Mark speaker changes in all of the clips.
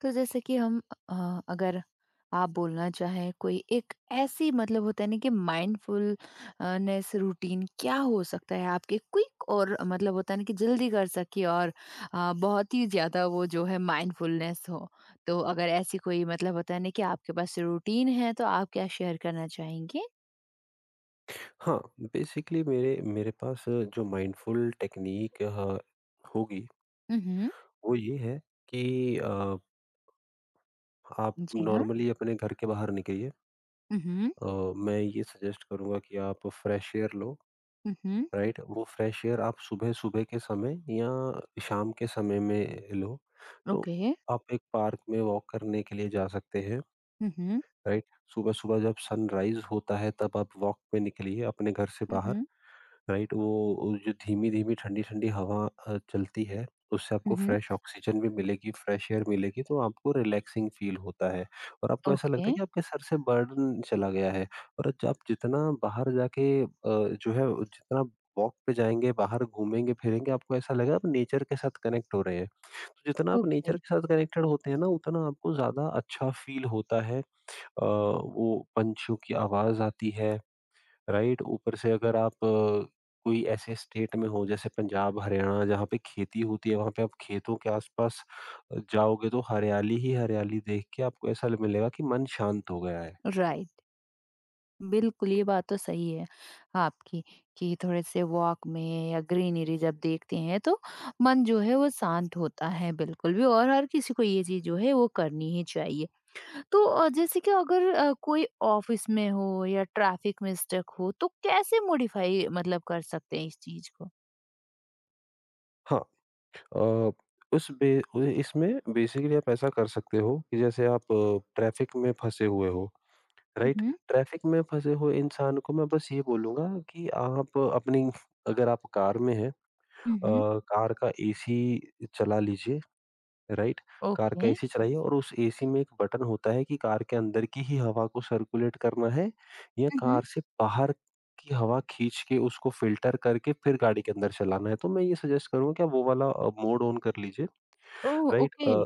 Speaker 1: तो जैसे कि हम अगर आप बोलना चाहें कोई एक ऐसी मतलब होता है ना कि माइंडफुलनेस रूटीन क्या हो सकता है आपके क्विक और मतलब होता है ना कि जल्दी कर सके और बहुत ही ज़्यादा वो जो है माइंडफुलनेस हो तो अगर ऐसी कोई मतलब होता है ना कि आपके पास रूटीन है तो आप क्या शेयर करना चाहेंगे?
Speaker 2: हाँ, बेसिकली मेरे मेरे पास जो माइंडफुल टेक्नीक ह होगी,
Speaker 1: हम्म।
Speaker 2: वो ये है कि अ, आप
Speaker 1: जी हाँ।
Speaker 2: नॉर्मली अपने घर के बाहर निकलिए।
Speaker 1: हम्म।
Speaker 2: अ, मैं ये सजेस्ट करूँगा कि आप फ्रेश एयर लो,
Speaker 1: हम्म।
Speaker 2: राइट? वो फ्रेश एयर आप सुबह-सुबह के समय या शाम के समय में लो। तो
Speaker 1: ओके।
Speaker 2: आप एक पार्क में वॉक करने के लिए जा सकते हैं,
Speaker 1: हम्म।
Speaker 2: राइट? सुबह-सुबह जब सनराइज़ होता है, तब आप वॉक पे निकलिए अपने घर से बाहर।
Speaker 1: हम्म।
Speaker 2: राइट, वो जो धीमी-धीमी, ठंडी-ठंडी हवा चलती है, उससे आपको
Speaker 1: हम्म।
Speaker 2: फ्रेश ऑक्सीजन भी मिलेगी, फ्रेश एयर मिलेगी, तो आपको रिलैक्सिंग फ़ील होता है और आपको ऐसा
Speaker 1: ओके,
Speaker 2: लगता है कि आपके सर से बर्डन चला गया है। और ज आप जितना बाहर जाके जो है जितना वॉक पे जाएँगे, बाहर घूमेंगे-फिरेंगे, आपको ऐसा लगेगा आप नेचर के साथ कनेक्ट हो रहे हैं। तो जितना आप
Speaker 1: ओके,
Speaker 2: नेचर के साथ कनेक्टेड होते हैं ना, उतना आपको ज़्यादा अच्छा फ़ील होता है। वो पंछियों की आवाज़ आती है, राइट? ऊपर से अगर आप कोई ऐसे स्टेट में हो जैसे पंजाब हरियाणा जहाँ पे खेती होती है, वहाँ पे आप खेतों के आसपास जाओगे तो हरियाली ही हरियाली देख के आपको ऐसा मिलेगा कि मन शांत हो गया है।
Speaker 1: राइट। बिल्कुल, ये बात तो सही है आपकी कि थोड़े से वॉक में या ग्रीनरी जब देखते हैं तो मन जो है वो शांत होता है बिल्कुल भी और हर किसी को ये चीज़ जो है वो करनी ही चाहिए। तो जैसे कि अगर कोई ऑफ़िस में हो या ट्रैफ़िक में स्टक हो तो कैसे मॉडिफ़ाई मतलब कर सकते हैं इस चीज़ को?
Speaker 2: हाँ, अ, इसमें बेसिकली आप ऐसा कर सकते हो कि जैसे आप ट्रैफिक में फंसे हुए हो,
Speaker 1: हुँ,
Speaker 2: राइट?
Speaker 1: हुँ।
Speaker 2: ट्रैफिक में फंसे हुए इंसान को मैं बस ये बोलूंगा कि आप अपनी अगर आप कार में हैं, अ,
Speaker 1: हुँ, हुँ।
Speaker 2: कार का एसी चला लीजिए, राइट? कार का
Speaker 1: ओके।
Speaker 2: एसी चलाइए और उस एसी में एक बटन होता है कि कार के अंदर की ही हवा को सर्कुलेट करना है, या
Speaker 1: हुँ, हुँ।
Speaker 2: कार से बाहर की हवा खींच के उसको फ़िल्टर करके फिर गाड़ी के अंदर चलाना है। तो मैं ये सजेस्ट करूँगा कि आप वो वाला मोड ऑन कर लीजिए।
Speaker 1: ओह!
Speaker 2: Right,
Speaker 1: okay.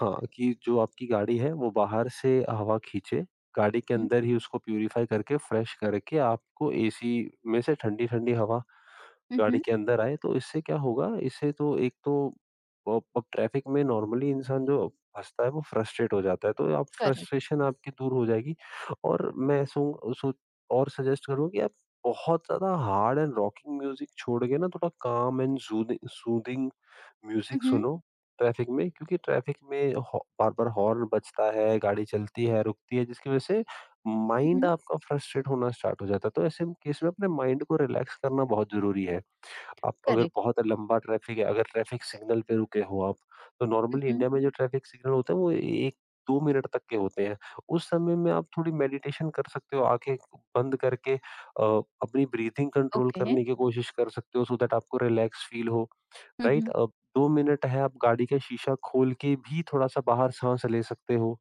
Speaker 2: हाँ, कि जो आपकी गाड़ी है वो बाहर से हवा खींचे, गाड़ी के
Speaker 1: हुँ,
Speaker 2: अंदर ही उसको प्यूरीफाई करके फ्रेश करके आपको एसी में से ठंडी-ठंडी हवा
Speaker 1: हुँ,
Speaker 2: गाड़ी
Speaker 1: हुँ।
Speaker 2: के अंदर आए। तो इससे क्या होगा? इससे तो एक तो अब ट्रैफिक में नॉर्मली इंसान जो फँसता है वो फ्रस्ट्रेट हो जाता है, तो आप
Speaker 1: करेक्ट।
Speaker 2: फ्रस्ट्रेशन आपकी दूर हो जाएगी। और मैं और सजेस्ट करूँगा कि आप बहुत ज़्यादा हार्ड एंड रॉकिंग म्यूज़िक छोड़ के ना थोड़ा काम एंड ज़ूदिंग सूदिंग
Speaker 1: हुँ,
Speaker 2: म्यूजिक
Speaker 1: हुँ।
Speaker 2: सुनो ट्रैफिक में, क्योंकि ट्रैफिक में बार-बार हॉर्न बजता है, गाड़ी चलती है, रुकती है, जिसकी वजह से
Speaker 1: हुँ,
Speaker 2: माइंड
Speaker 1: हुँ।
Speaker 2: आपका फ्रस्ट्रेट होना स्टार्ट हो जाता है। तो ऐसे केस में अपने माइंड को रिलैक्स करना बहुत ज़रूरी है। आप अगर
Speaker 1: करेक्ट।
Speaker 2: बहुत लंबा ट्रैफिक है, अगर ट्रैफिक सिग्नल पे रुके हो आप, तो
Speaker 1: हुँ,
Speaker 2: नॉर्मली
Speaker 1: हुँ।
Speaker 2: इंडिया में जो ट्रैफिक सिग्नल होते हैं वो 1-2 मिनट तक के होते हैं। उस समय में आप थोड़ी मेडिटेशन कर सकते हो, आँखें बंद करके अपनी ब्रीथिंग कंट्रोल
Speaker 1: ओके।
Speaker 2: करने की कोशिश कर सकते हो, सो दैट आपको रिलैक्स फील हो।
Speaker 1: हुँ,
Speaker 2: राइट?
Speaker 1: हुँ।
Speaker 2: अब 2 मिनट है, आप गाड़ी का शीशा खोल के भी थोड़ा-सा बाहर साँस ले सकते हो,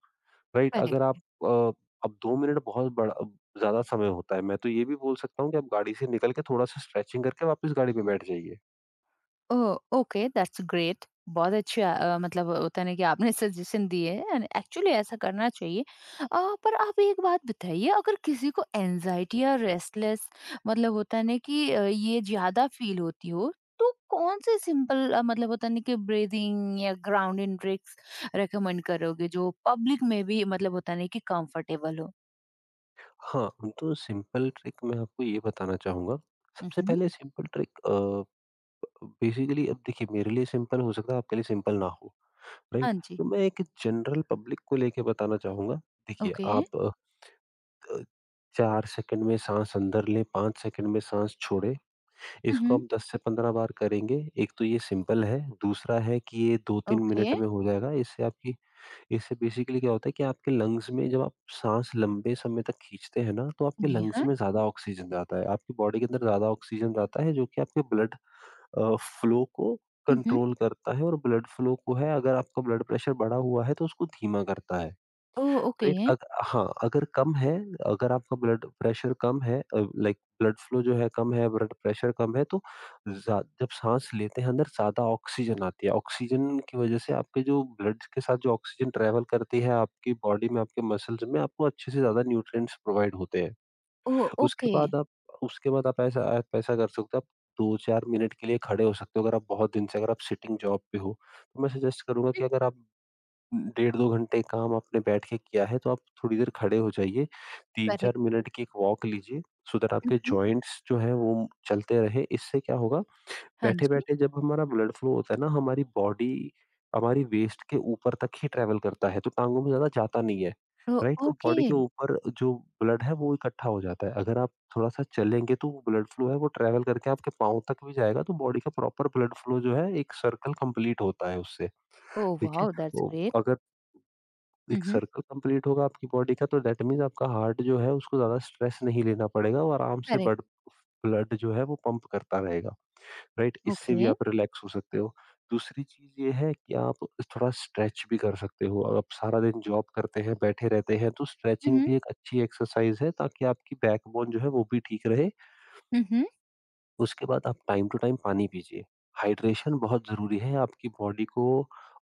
Speaker 2: राइट? अगर आप
Speaker 1: करेक्ट।
Speaker 2: अ, अब 2 मिनट बहुत बड़ा ज़्यादा समय होता है, मैं तो ये भी बोल सकता हूँ कि आप गाड़ी से निकल के थोड़ा-सा स्ट्रेचिंग करके वापस गाड़ी पे बैठ जाइए।
Speaker 1: ओह! Okay, that's great. बहुत अच्छा मतलब होता है ना कि आपने सजेशन दिए हैं एंड एक्चुअली ऐसा करना चाहिए। अ, पर आप एक बात बताइए अगर किसी को एंग्ज़ायटी या रेस्टलेस मतलब होता है ना कि ये ज़्यादा फ़ील होती हो, तो कौन से सिंपल मतलब होता है ना कि ब्रीथिंग या ग्राउंडिंग ट्रिक्स रिकमेंड करोगे जो पब्लिक में भी मतलब होता है ना कि कंफर्टेबल हो?
Speaker 2: हाँ, तो सिंपल ट्रिक मैं आपको ये बताना चाहूँगा,
Speaker 1: हुँ,
Speaker 2: सबसे
Speaker 1: हुँ।
Speaker 2: पहले सिंपल ट्रिक बेसिकली अब देखिए, मेरे लिए सिंपल हो सकता है, आपके लिए सिंपल ना हो,
Speaker 1: हाँ
Speaker 2: राइट?
Speaker 1: जी।
Speaker 2: तो मैं एक जनरल पब्लिक को लेके बताना चाहूँगा, देखिए
Speaker 1: ओके।
Speaker 2: आप अ, 4 सेकंड में साँस अंदर लें, 5 सेकंड में साँस छोड़ें।
Speaker 1: हुँ,
Speaker 2: इसको
Speaker 1: हुँ।
Speaker 2: हम 10 से 15 बार करेंगे। एक तो ये सिंपल है, दूसरा है कि ये 2-3
Speaker 1: ओके।
Speaker 2: मिनट में हो जाएगा। इससे बेसिकली क्या होता है कि आपके लंग्स में जब आप साँस लंबे समय तक खींचते हैं ना, तो आपके
Speaker 1: जी
Speaker 2: लंग्स
Speaker 1: हाँ।
Speaker 2: में ज़्यादा ऑक्सीजन जाता है। आपकी बॉडी के अंदर ज़्यादा ऑक्सीजन जाता है जो कि आपके ब्लड अ, फ्लो को
Speaker 1: हुँ, हुँ।
Speaker 2: कंट्रोल करता है, और ब्लड फ्लो को है, अगर आपका ब्लड प्रेशर बढ़ा हुआ है तो उसको धीमा करता है।
Speaker 1: ओह! ओके।
Speaker 2: राइट अग हाँ, अगर कम है, अगर आपका ब्लड प्रेशर कम है, लाइक ब्लड फ्लो जो है कम है, ब्लड प्रेशर कम है, तो ज़्या जब साँस लेते हैं अंदर ज़्यादा ऑक्सीजन आती है। ऑक्सीजन की वज़ह से आपके जो ब्लड के साथ जो ऑक्सीजन ट्रैवल करती है आपकी बॉडी में, आपके मसल्स में, आपको अच्छे से ज़्यादा न्यूट्रिएंट्स प्रोवाइड होते हैं।
Speaker 1: ओह!
Speaker 2: उसके
Speaker 1: ओके।
Speaker 2: बाद आप उसके बाद आप ऐसा, कर सकते हो, आप 2-4 मिनट के लिए खड़े हो सकते हो, अगर आप बहुत दिन से अगर आप सिटिंग जॉब पे हो। तो मैं सजेस्ट करूँगा कि अगर आप डेढ़ 2 घंटे काम आपने बैठ के किया है, तो आप थोड़ी देर खड़े हो जाइए।
Speaker 1: करेक्ट,
Speaker 2: 3-4 मिनट की एक वॉक लीजिए, सो दैट आपके
Speaker 1: mhm,
Speaker 2: जॉइंट्स जो हैं वो चलते रहे। इससे क्या होगा,
Speaker 1: हाँ जी।
Speaker 2: बैठे-बैठे जब हमारा ब्लड फ्लो होता है ना, हमारी वेस्ट के ऊपर तक ही ट्रैवल करता है, तो टाँगों में ज़्यादा जाता नहीं है,
Speaker 1: ओ
Speaker 2: राइट? तो
Speaker 1: ओके,
Speaker 2: बॉडी के ऊपर जो ब्लड है वो इकट्ठा हो जाता है। अगर आप थोड़ा-सा चलेंगे, तो वो ब्लड फ्लो है वो ट्रैवल करके आपके पाँव तक भी जाएगा, तो बॉडी का प्रॉपर ब्लड फ्लो जो है एक सर्कल कंप्लीट होता है उससे,
Speaker 1: ओह
Speaker 2: ठीक है?
Speaker 1: वाओ दैट्स
Speaker 2: तो
Speaker 1: ग्रेट।
Speaker 2: अगर एक
Speaker 1: mhm,
Speaker 2: सर्कल कंप्लीट होगा आपकी बॉडी का, तो दैट मीन्स आपका हार्ट जो है उसको ज़्यादा स्ट्रेस नहीं लेना पड़ेगा और आराम से
Speaker 1: करेक्ट,
Speaker 2: बड ब्लड जो है वो पंप करता रहेगा, राइट? इससे भी
Speaker 1: ओके,
Speaker 2: आप रिलैक्स हो सकते हो। दूसरी चीज़ ये है कि आप थोड़ा स्ट्रेच भी कर सकते हो। अगर आप सारा दिन जॉब करते हैं, बैठे रहते हैं, तो स्ट्रेचिंग
Speaker 1: mhm,
Speaker 2: भी एक अच्छी एक्सरसाइज़ है, ताकि आपकी बैकबोन जो है वो भी ठीक रहे।
Speaker 1: mhm,
Speaker 2: उसके बाद आप टाइम टू टाइम पानी पीजिए। हाइड्रेशन बहुत ज़रूरी है आपकी बॉडी को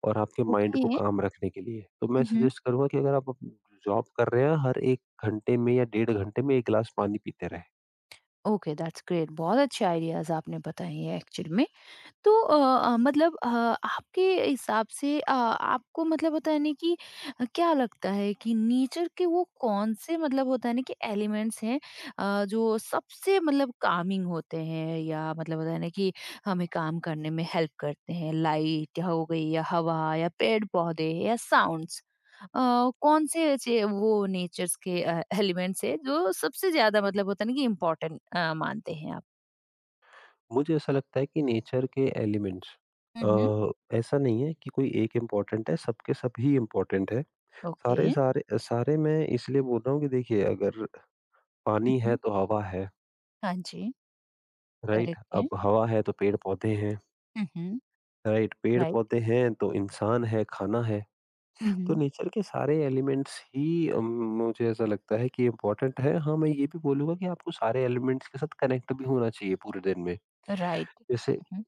Speaker 2: और आपके माइंड
Speaker 1: ओके,
Speaker 2: को काम रखने के लिए। तो मैं
Speaker 1: mhm,
Speaker 2: सजेस्ट करूँगा कि अगर आप अप जॉब कर रहे हैं, हर 1 घंटे में या डेढ़ घंटे में 1 गिलास पानी पीते रहें।
Speaker 1: Okay that's great. बहुत अच्छे आइडियाज़ आपने बताए हैं एक्चुअल में। तो मतलब आपके हिसाब से आपको मतलब होता है ना कि क्या लगता है कि नेचर के वो कौन से मतलब होता है ना कि एलिमेंट्स हैं जो सबसे मतलब कामिंग होते हैं या मतलब होता है ना कि हमें काम करने में हेल्प करते हैं लाइट या हो गई या हवा या पेड़ पौधे या साउंड्स कौन से ऐसे वो नेचर्स के एलिमेंट्स है जो सबसे ज्यादा मतलब होता है ना कि इम्पोर्टेंट मानते हैं आप।
Speaker 2: मुझे ऐसा लगता है कि नेचर के एलिमेंट्स,
Speaker 1: हम्म।
Speaker 2: अ, ऐसा नहीं है कि कोई एक इम्पोर्टेंट है, सबके सब ही इम्पोर्टेंट है।
Speaker 1: ओके।
Speaker 2: सारे सारे सारे, मैं इसलिए बोल रहा हूँ कि देखिए, अगर पानी है
Speaker 1: हम्म।
Speaker 2: तो हवा है,
Speaker 1: हाँ जी।
Speaker 2: राइट?
Speaker 1: करेक्ट है।
Speaker 2: अब हवा है तो पेड़-पौधे हैं।
Speaker 1: हुँ, हुँ।
Speaker 2: राइट, पेड़
Speaker 1: राइट?
Speaker 2: पौधे हैं तो इंसान है, खाना है,
Speaker 1: हुँ,
Speaker 2: तो
Speaker 1: हुँ।
Speaker 2: नेचर के सारे एलिमेंट्स ही, मुझे ऐसा लगता है कि इम्पोर्टेंट है। हाँ, मैं ये भी बोलूंगा कि आपको सारे एलिमेंट्स के साथ कनेक्ट भी होना चाहिए पूरे दिन में।
Speaker 1: राइट।
Speaker 2: जैसे
Speaker 1: हुँ, हुँ।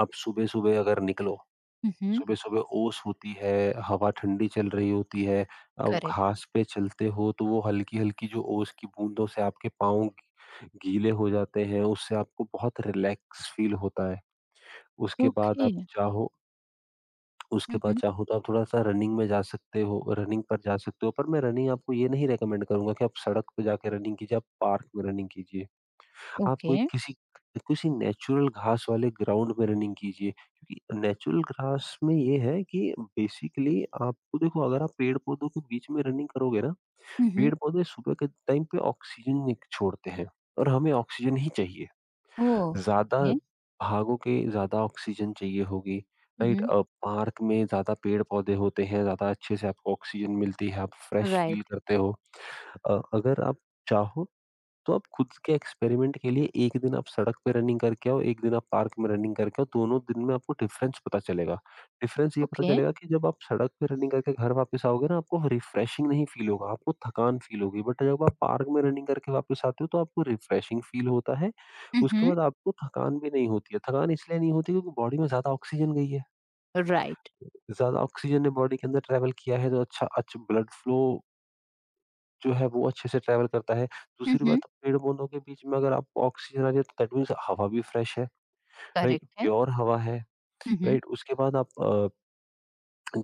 Speaker 2: आप सुबह सुबह अगर निकलो,
Speaker 1: हुँ, हुँ।
Speaker 2: सुबह सुबह ओस होती है, हवा ठंडी चल रही होती है, आप
Speaker 1: करेक्ट।
Speaker 2: घास पे चलते हो, तो वो हल्की हल्की जो ओस की बूंदों से आपके पाँव गीले हो जाते हैं, उससे आपको बहुत रिलैक्स फील होता है। उसके बाद
Speaker 1: ओके।
Speaker 2: आप चाहो उसके
Speaker 1: हुँ,
Speaker 2: बाद
Speaker 1: हुँ।
Speaker 2: चाहो तो आप थोड़ा-सा रनिंग पर जा सकते हो। पर मैं रनिंग आपको ये नहीं रेकमेंड करूँगा कि आप सड़क पे जाके रनिंग कीजिए, आप पार्क में रनिंग कीजिए। आप
Speaker 1: ओके।
Speaker 2: कोई किसी किसी नेचुरल घास वाले ग्राउंड में रनिंग कीजिए, क्योंकि नेचुरल घास में ये है कि बेसिकली आपको, देखो, अगर आप पेड़-पौधों के बीच में रनिंग करोगे ना,
Speaker 1: हुँ, हुँ।
Speaker 2: पेड़-पौधे सुबह के टाइम पे ऑक्सीजन एक छोड़ते हैं, और हमें ऑक्सीजन ही चाहिए।
Speaker 1: ओह!
Speaker 2: ज़्यादा
Speaker 1: ओके।
Speaker 2: भागोगे, ज़्यादा ऑक्सीजन चाहिए होगी,
Speaker 1: हुँ,
Speaker 2: राइट?
Speaker 1: हुँ।
Speaker 2: पार्क में ज़्यादा पेड़-पौधे होते हैं, ज़्यादा अच्छे से आपको ऑक्सीजन मिलती है, आप फ्रेश फ़ील
Speaker 1: राइट।
Speaker 2: करते हो। अगर आप चाहो तो आप खुद के एक्सपेरिमेंट के लिए एक दिन आप सड़क पे रनिंग करके आओ, एक दिन आप पार्क में रनिंग करके आओ, दोनों दिन में आपको डिफरेंस पता चलेगा। डिफरेंस ये पता
Speaker 1: ओके।
Speaker 2: चलेगा कि जब आप सड़क पे रनिंग करके घर वापस आओगे ना, आपको रिफ्रेशिंग नहीं फील होगा, आपको थकान फील होगी। बट जब आप पार्क में रनिंग करके वापस आते हो तो आपको रिफ्रेशिंग फील होता है।
Speaker 1: हुँ,
Speaker 2: उसके
Speaker 1: हुँ।
Speaker 2: बाद आपको थकान भी नहीं होती है। थकान इसलिए नहीं होती क्योंकि बॉडी में ज़्यादा ऑक्सीजन गई है।
Speaker 1: राइट।
Speaker 2: ज़्यादा ऑक्सीजन ने बॉडी के अंदर ट्रैवल किया है, तो अच्छा अच्छ ब्लड फ्लो जो है वो अच्छे से ट्रैवल करता है।
Speaker 1: हुँ,
Speaker 2: दूसरी
Speaker 1: हुँ।
Speaker 2: बात, पेड़-पौधों के बीच में अगर आपको ऑक्सीजन आ रही है तो दैट मीन्स हवा भी फ्रेश है, राइट?
Speaker 1: करेक्ट है।
Speaker 2: प्योर हवा है,
Speaker 1: हुँ, हुँ।
Speaker 2: राइट? उसके बाद आप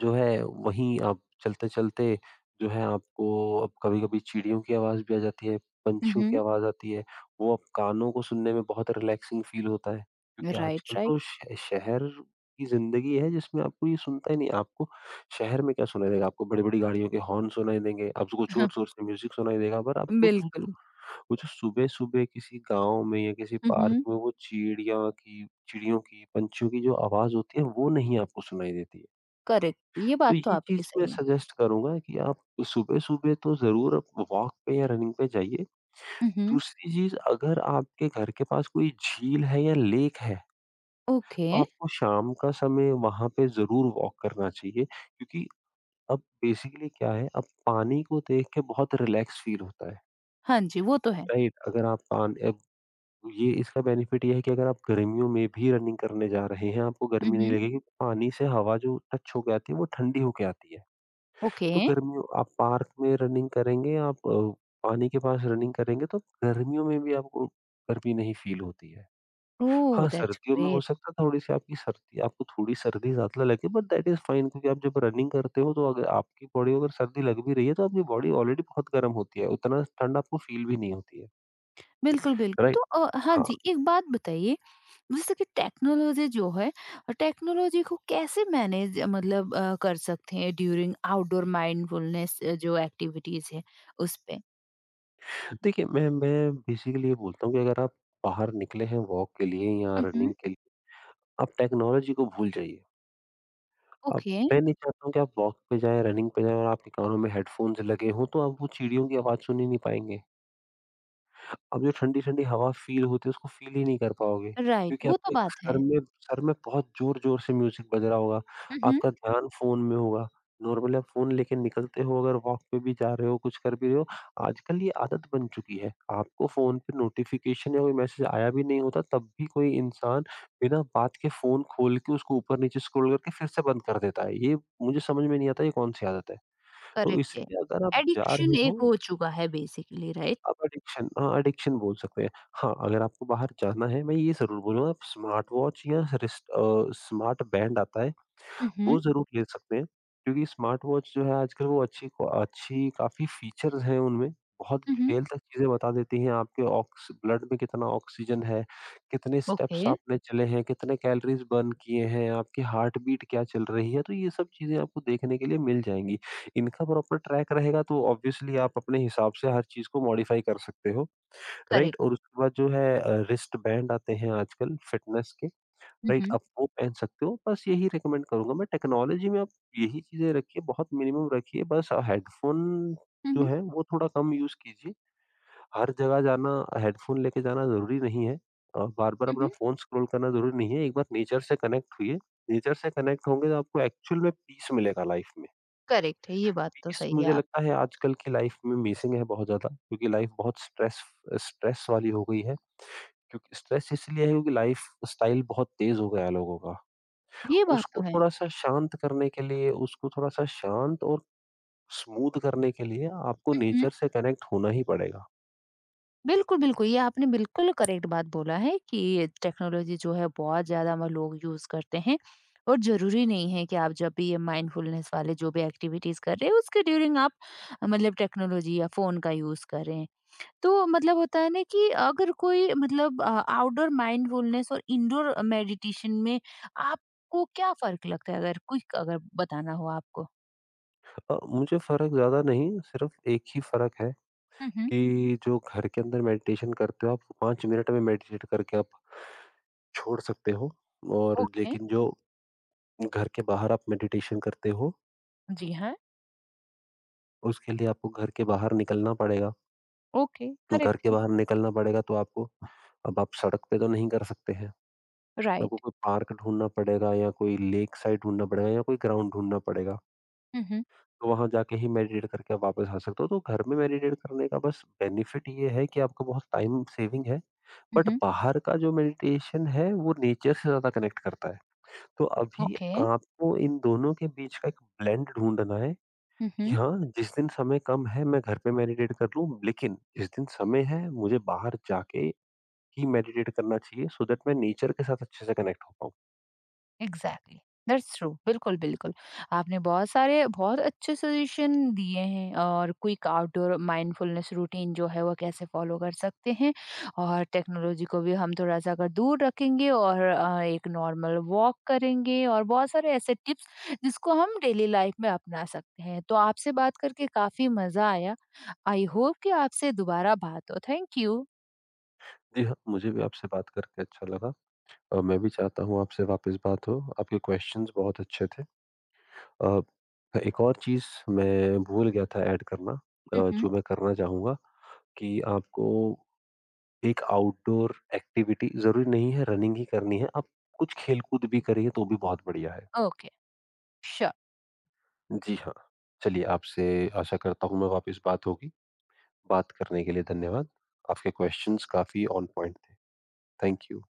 Speaker 2: जो है वहीं आप चलते-चलते जो है आपको, अब कभी-कभी चिड़ियों की आवाज़ भी आ जाती है,
Speaker 1: हुँ,
Speaker 2: पंछियों की
Speaker 1: हुँ।
Speaker 2: आवाज़ आती है, वो अब कानों को सुनने में बहुत रिलैक्सिंग फ़ील होता है। क्योंकि
Speaker 1: राइट,
Speaker 2: आजकल
Speaker 1: राइट।
Speaker 2: तो श शहर की ज़िंदगी है, जिसमें आपको ये सुनता ही नहीं है, आपको शहर में क्या सुनाई देगा? आपको बड़ी-बड़ी गाड़ियों के हॉर्न सुनाई देंगे, आपको ज़ोर-ज़ोर से म्यूज़िक सुनाई देगा, पर आपको जो
Speaker 1: बिल्कुल।
Speaker 2: वो जो सुबह-सुबह किसी गाँव में या किसी
Speaker 1: हुँ,
Speaker 2: पार्क
Speaker 1: हुँ।
Speaker 2: में वो चिड़िया की चिड़ियों की, पंछियों की जो आवाज़ होती है, वो नहीं आपको सुनाई देती है।
Speaker 1: करेक्ट, ये
Speaker 2: तो
Speaker 1: बात तो
Speaker 2: ये चीज़
Speaker 1: आपकी
Speaker 2: मैं
Speaker 1: सही है।
Speaker 2: सजेस्ट करूँगा कि आप सुबह-सुबह तो ज़रूर आप वॉक पे या रनिंग पे जाइए।
Speaker 1: हुँ, हुँ।
Speaker 2: दूसरी चीज़ अगर आपके घर के पास कोई झील है या लेक है,
Speaker 1: ओके,
Speaker 2: तो आपको शाम का समय वहाँ पे ज़रूर वॉक करना चाहिए क्योंकि अब बेसिकली क्या है, अब पानी को देख के बहुत रिलैक्स फ़ील होता है,
Speaker 1: हाँ जी, वो तो है।
Speaker 2: राइट? अगर आप पान अब ये इसका बेनिफिट ये है कि अगर आप गर्मियों में भी रनिंग करने जा रहे हैं, आपको
Speaker 1: हुँ,
Speaker 2: गर्मी नहीं
Speaker 1: हुँ।
Speaker 2: लगेगी, पानी से हवा जो टच होके आती है, वो ठंडी होके आती है।
Speaker 1: ओके,
Speaker 2: तो गर्मियों आप पार्क में रनिंग करेंगे, आप पानी के पास रनिंग करेंगे तो गर्मियों में भी आपको गर्मी नहीं फ़ील होती है।
Speaker 1: ओह!
Speaker 2: हाँ,
Speaker 1: दैट्स
Speaker 2: सर्दियों में हो
Speaker 1: ग्रेट।
Speaker 2: सकता है थोड़ी-सी आपकी सर्दी आपको थोड़ी सर्दी ज़्यादा लगे बट दैट इज़ फाइन क्योंकि आप जब रनिंग करते हो तो अगर आपकी बॉडी को अगर सर्दी लग भी रही है तो आपकी बॉडी ऑलरेडी बहुत गर्म होती है, उतना ठंड आपको फ़ील भी नहीं होती है,
Speaker 1: बिल्कुल, बिल्कुल,
Speaker 2: राइट?
Speaker 1: तो हाँ
Speaker 2: हाँ,
Speaker 1: जी, एक बात बताइए जैसे कि टेक्नोलॉजी जो है टेक्नोलॉजी को कैसे मैनेज मतलब कर सकते हैं ड्यूरिंग आउटडोर माइंडफुलनेस जो एक्टिविटीज है उस पे।
Speaker 2: देखिए मैं बेसिकली ये बोलता हूँ कि अगर आप बाहर निकले हैं वॉक के लिए या
Speaker 1: हम्म।
Speaker 2: रनिंग के लिए, आप टेक्नोलॉजी को भूल जाइए। अब
Speaker 1: ओके।
Speaker 2: मैं नहीं चाहता हूँ कि आप वॉक पे जाएँ, रनिंग पे जाएँ और आपके कानों में हेडफ़ोन्स लगे हों, तो आप वो चिड़ियों की आवाज़ सुन ही नहीं पाएँगे। अब जो ठंडी-ठंडी हवा फ़ील होती है, उसको फ़ील ही नहीं कर पाओगे,
Speaker 1: राइट
Speaker 2: क्योंकि
Speaker 1: वो तो
Speaker 2: आपके
Speaker 1: बात
Speaker 2: सर
Speaker 1: है।
Speaker 2: में सर में बहुत ज़ोर-ज़ोर से म्यूज़िक बज रहा होगा,
Speaker 1: हम्म।
Speaker 2: आपका ध्यान फ़ोन में होगा। नॉर्मली आप फ़ोन लेके निकलते हो, अगर वॉक पे भी जा रहे हो, कुछ कर भी रहे हो, आजकल ये आदत बन चुकी है। आपको फ़ोन पे नोटिफ़िकेशन या कोई मैसेज आया भी नहीं होता, तब भी कोई इंसान बिना बात के फ़ोन खोल के उसको ऊपर-नीचे स्क्रॉल करके फिर से बंद कर देता है। ये मुझे समझ में नहीं आता ये कौन-सी आदत है? तो
Speaker 1: करेक्ट है।
Speaker 2: इसलिए अगर आप जा
Speaker 1: एडिक्शन
Speaker 2: रहे
Speaker 1: एक
Speaker 2: हो
Speaker 1: हो चुका है बेसिकली राइट।
Speaker 2: आप एडिक्शन हाँ, एडिक्शन बोल सकते हैं। हाँ, अगर आपको बाहर जाना है, मैं ये ज़रूर बोलूँगा आप स्मार्ट वॉच या स्मार्ट बैंड आता है,
Speaker 1: हम्म।
Speaker 2: वो ज़रूर ले सकते हैं, क्योंकि स्मार्ट वॉच जो है आजकल वो अच्छी काफ़ी फीचर्स हैं उनमें, बहुत
Speaker 1: हम्म।
Speaker 2: डिटेल तक चीज़ें बता देती हैं, आपके ऑक्स ब्लड में कितना ऑक्सीजन है, कितने
Speaker 1: ओके।
Speaker 2: स्टेप्स आपने चले हैं, कितने कैलोरीज़ बर्न किए हैं, आपकी हार्ट बीट क्या चल रही है, तो ये सब चीज़ें आपको देखने के लिए मिल जाएँगी। इनका प्रॉपर ट्रैक रहेगा तो ऑब्वियसली आप अपने हिसाब से हर चीज़ को मॉडिफ़ाई कर सकते हो, राइट?
Speaker 1: करेक्ट।
Speaker 2: और उसके बाद जो है रिस्ट बैंड आते हैं आजकल फिटनेस के। राइट,
Speaker 1: हम्म।
Speaker 2: आप वो पहन सकते हो, बस यही रिकमेंड करूँगा मैं टेक्नोलॉजी में आप यही चीज़ें रखिए, बहुत मिनिमम रखिए, बस हेडफ़ोन जो
Speaker 1: हम्म।
Speaker 2: है वो थोड़ा कम यूज़ कीजिए। हर जगह जाना हेडफ़ोन लेके जाना ज़रूरी नहीं है और बार-बार अपना
Speaker 1: हम्म।
Speaker 2: फ़ोन स्क्रॉल करना ज़रूरी नहीं है, एक बार नेचर से कनेक्ट हुई है, नेचर से कनेक्ट होंगे तो आपको एक्चुअल में पीस मिलेगा लाइफ़ में।
Speaker 1: करेक्ट है, ये बात तो
Speaker 2: पीस
Speaker 1: सही है
Speaker 2: मुझे
Speaker 1: आप,
Speaker 2: लगता है आजकल की लाइफ़ में मिसिंग है बहुत ज़्यादा क्योंकि लाइफ़ बहुत स्ट्रेस स्ट्रेस वाली हो गई है, क्योंकि स्ट्रेस इसलिए है क्योंकि लाइफ़ स्टाइल बहुत तेज़ हो गया है लोगों का।
Speaker 1: ये बात तो
Speaker 2: उसको थोड़ा-सा शांत करने के लिए, उसको थोड़ा-सा शांत और स्मूथ करने के लिए आपको
Speaker 1: है।
Speaker 2: नेचर से कनेक्ट होना ही पड़ेगा।
Speaker 1: बिल्कुल, बिल्कुल। ये आपने बिल्कुल करेक्ट बात बोला है कि टेक्नोलॉज़ी जो है बहुत ज़्यादा म लोग यूज़ करते हैं और ज़रूरी नहीं है कि आप जब भी ये माइंडफुलनेस वाले जो भी एक्टिविटीज़ कर रहे हैं उसके ड्यूरिंग आप मतलब टेक्नोलॉज़ी या फ़ोन का यूज़ कर रहे हैं। तो मतलब होता है ना कि अगर कोई मतलब आउटडोर माइंडफुलनेस और इंडोर मेडिटेशन में आपको क्या फ़र्क लगता है? अगर क्विक अगर बताना हो आपको?
Speaker 2: मुझे फ़र्क ज़्यादा नहीं, सिर्फ़ एक ही फ़र्क है
Speaker 1: हुँ, हुँ।
Speaker 2: कि जो घर के अंदर मेडिटेशन करते हो आप 5 मिनट में मेडिटेट करके आप छोड़ सकते हो और
Speaker 1: ओके।
Speaker 2: लेकिन जो घर के बाहर आप मेडिटेशन करते हो,
Speaker 1: जी हाँ,
Speaker 2: उसके लिए आपको घर के बाहर निकलना पड़ेगा।
Speaker 1: ओके,
Speaker 2: घर
Speaker 1: करेक्ट
Speaker 2: के
Speaker 1: है,
Speaker 2: बाहर निकलना पड़ेगा तो आपको अब आप सड़क पे तो नहीं कर सकते हैं। आपको
Speaker 1: राइट।
Speaker 2: कोई पार्क ढूँढना पड़ेगा या कोई लेक साइड ढूँढना पड़ेगा या कोई ग्राउंड ढूँढना पड़ेगा।
Speaker 1: हुँ, हुँ,
Speaker 2: तो वहाँ जाके ही मेडिटेट करके आप वापस आ सकते हो। तो घर में मेडिटेट करने का बस बेनिफिट ये है कि आपका बहुत टाइम सेविंग है,
Speaker 1: हुँ,
Speaker 2: बट
Speaker 1: हुँ,
Speaker 2: बाहर का जो मेडिटेशन है वो नेचर से ज़्यादा कनेक्ट करता है। तो अभी
Speaker 1: ओके।
Speaker 2: आपको इन दोनों के बीच का एक ब्लेंड ढूँढना है
Speaker 1: हुँ,
Speaker 2: कि
Speaker 1: हुँ।
Speaker 2: हाँ, जिस दिन समय कम है मैं घर पे मेडिटेट कर लूँ, लेकिन जिस दिन समय है मुझे बाहर जाके ही मेडिटेट करना चाहिए सो दैट मैं नेचर के साथ अच्छे से कनेक्ट हो पाऊँ।
Speaker 1: Exactly, that's true. बिल्कुल, बिल्कुल। आपने बहुत सारे बहुत अच्छे सजेशन दिए हैं और क्विक आउटडोर माइंडफुलनेस रूटीन जो है वो कैसे फ़ॉलो कर सकते हैं और टेक्नोलॉजी को भी हम थोड़ा-सा अगर दूर रखेंगे और एक नॉर्मल वॉक करेंगे और बहुत सारे ऐसे टिप्स जिसको हम डेली लाइफ में अपना सकते हैं। तो आपसे बात करके काफ़ी मज़ा आया। आई होप कि आपसे दोबारा बात हो। Thank you.
Speaker 2: जी हाँ, मुझे भी आपसे बात करके अच्छा लगा और मैं भी चाहता हूँ आपसे वापस बात हो। आपके क्वेश्चंस बहुत अच्छे थे। अ, एक और चीज़ मैं भूल गया था ऐड करना
Speaker 1: हुँ, हुँ।
Speaker 2: जो मैं करना चाहूँगा कि आपको एक आउटडोर एक्टिविटी ज़रूरी नहीं है रनिंग ही करनी है, आप कुछ खेल-कूद भी करिए तो भी बहुत बढ़िया है।
Speaker 1: Okay, sure.
Speaker 2: जी हाँ, चलिए आपसे आशा करता हूँ मैं वापस बात होगी। बात करने के लिए धन्यवाद। आपके क्वेश्चंस काफ़ी ऑन पॉइंट थे। Thank you.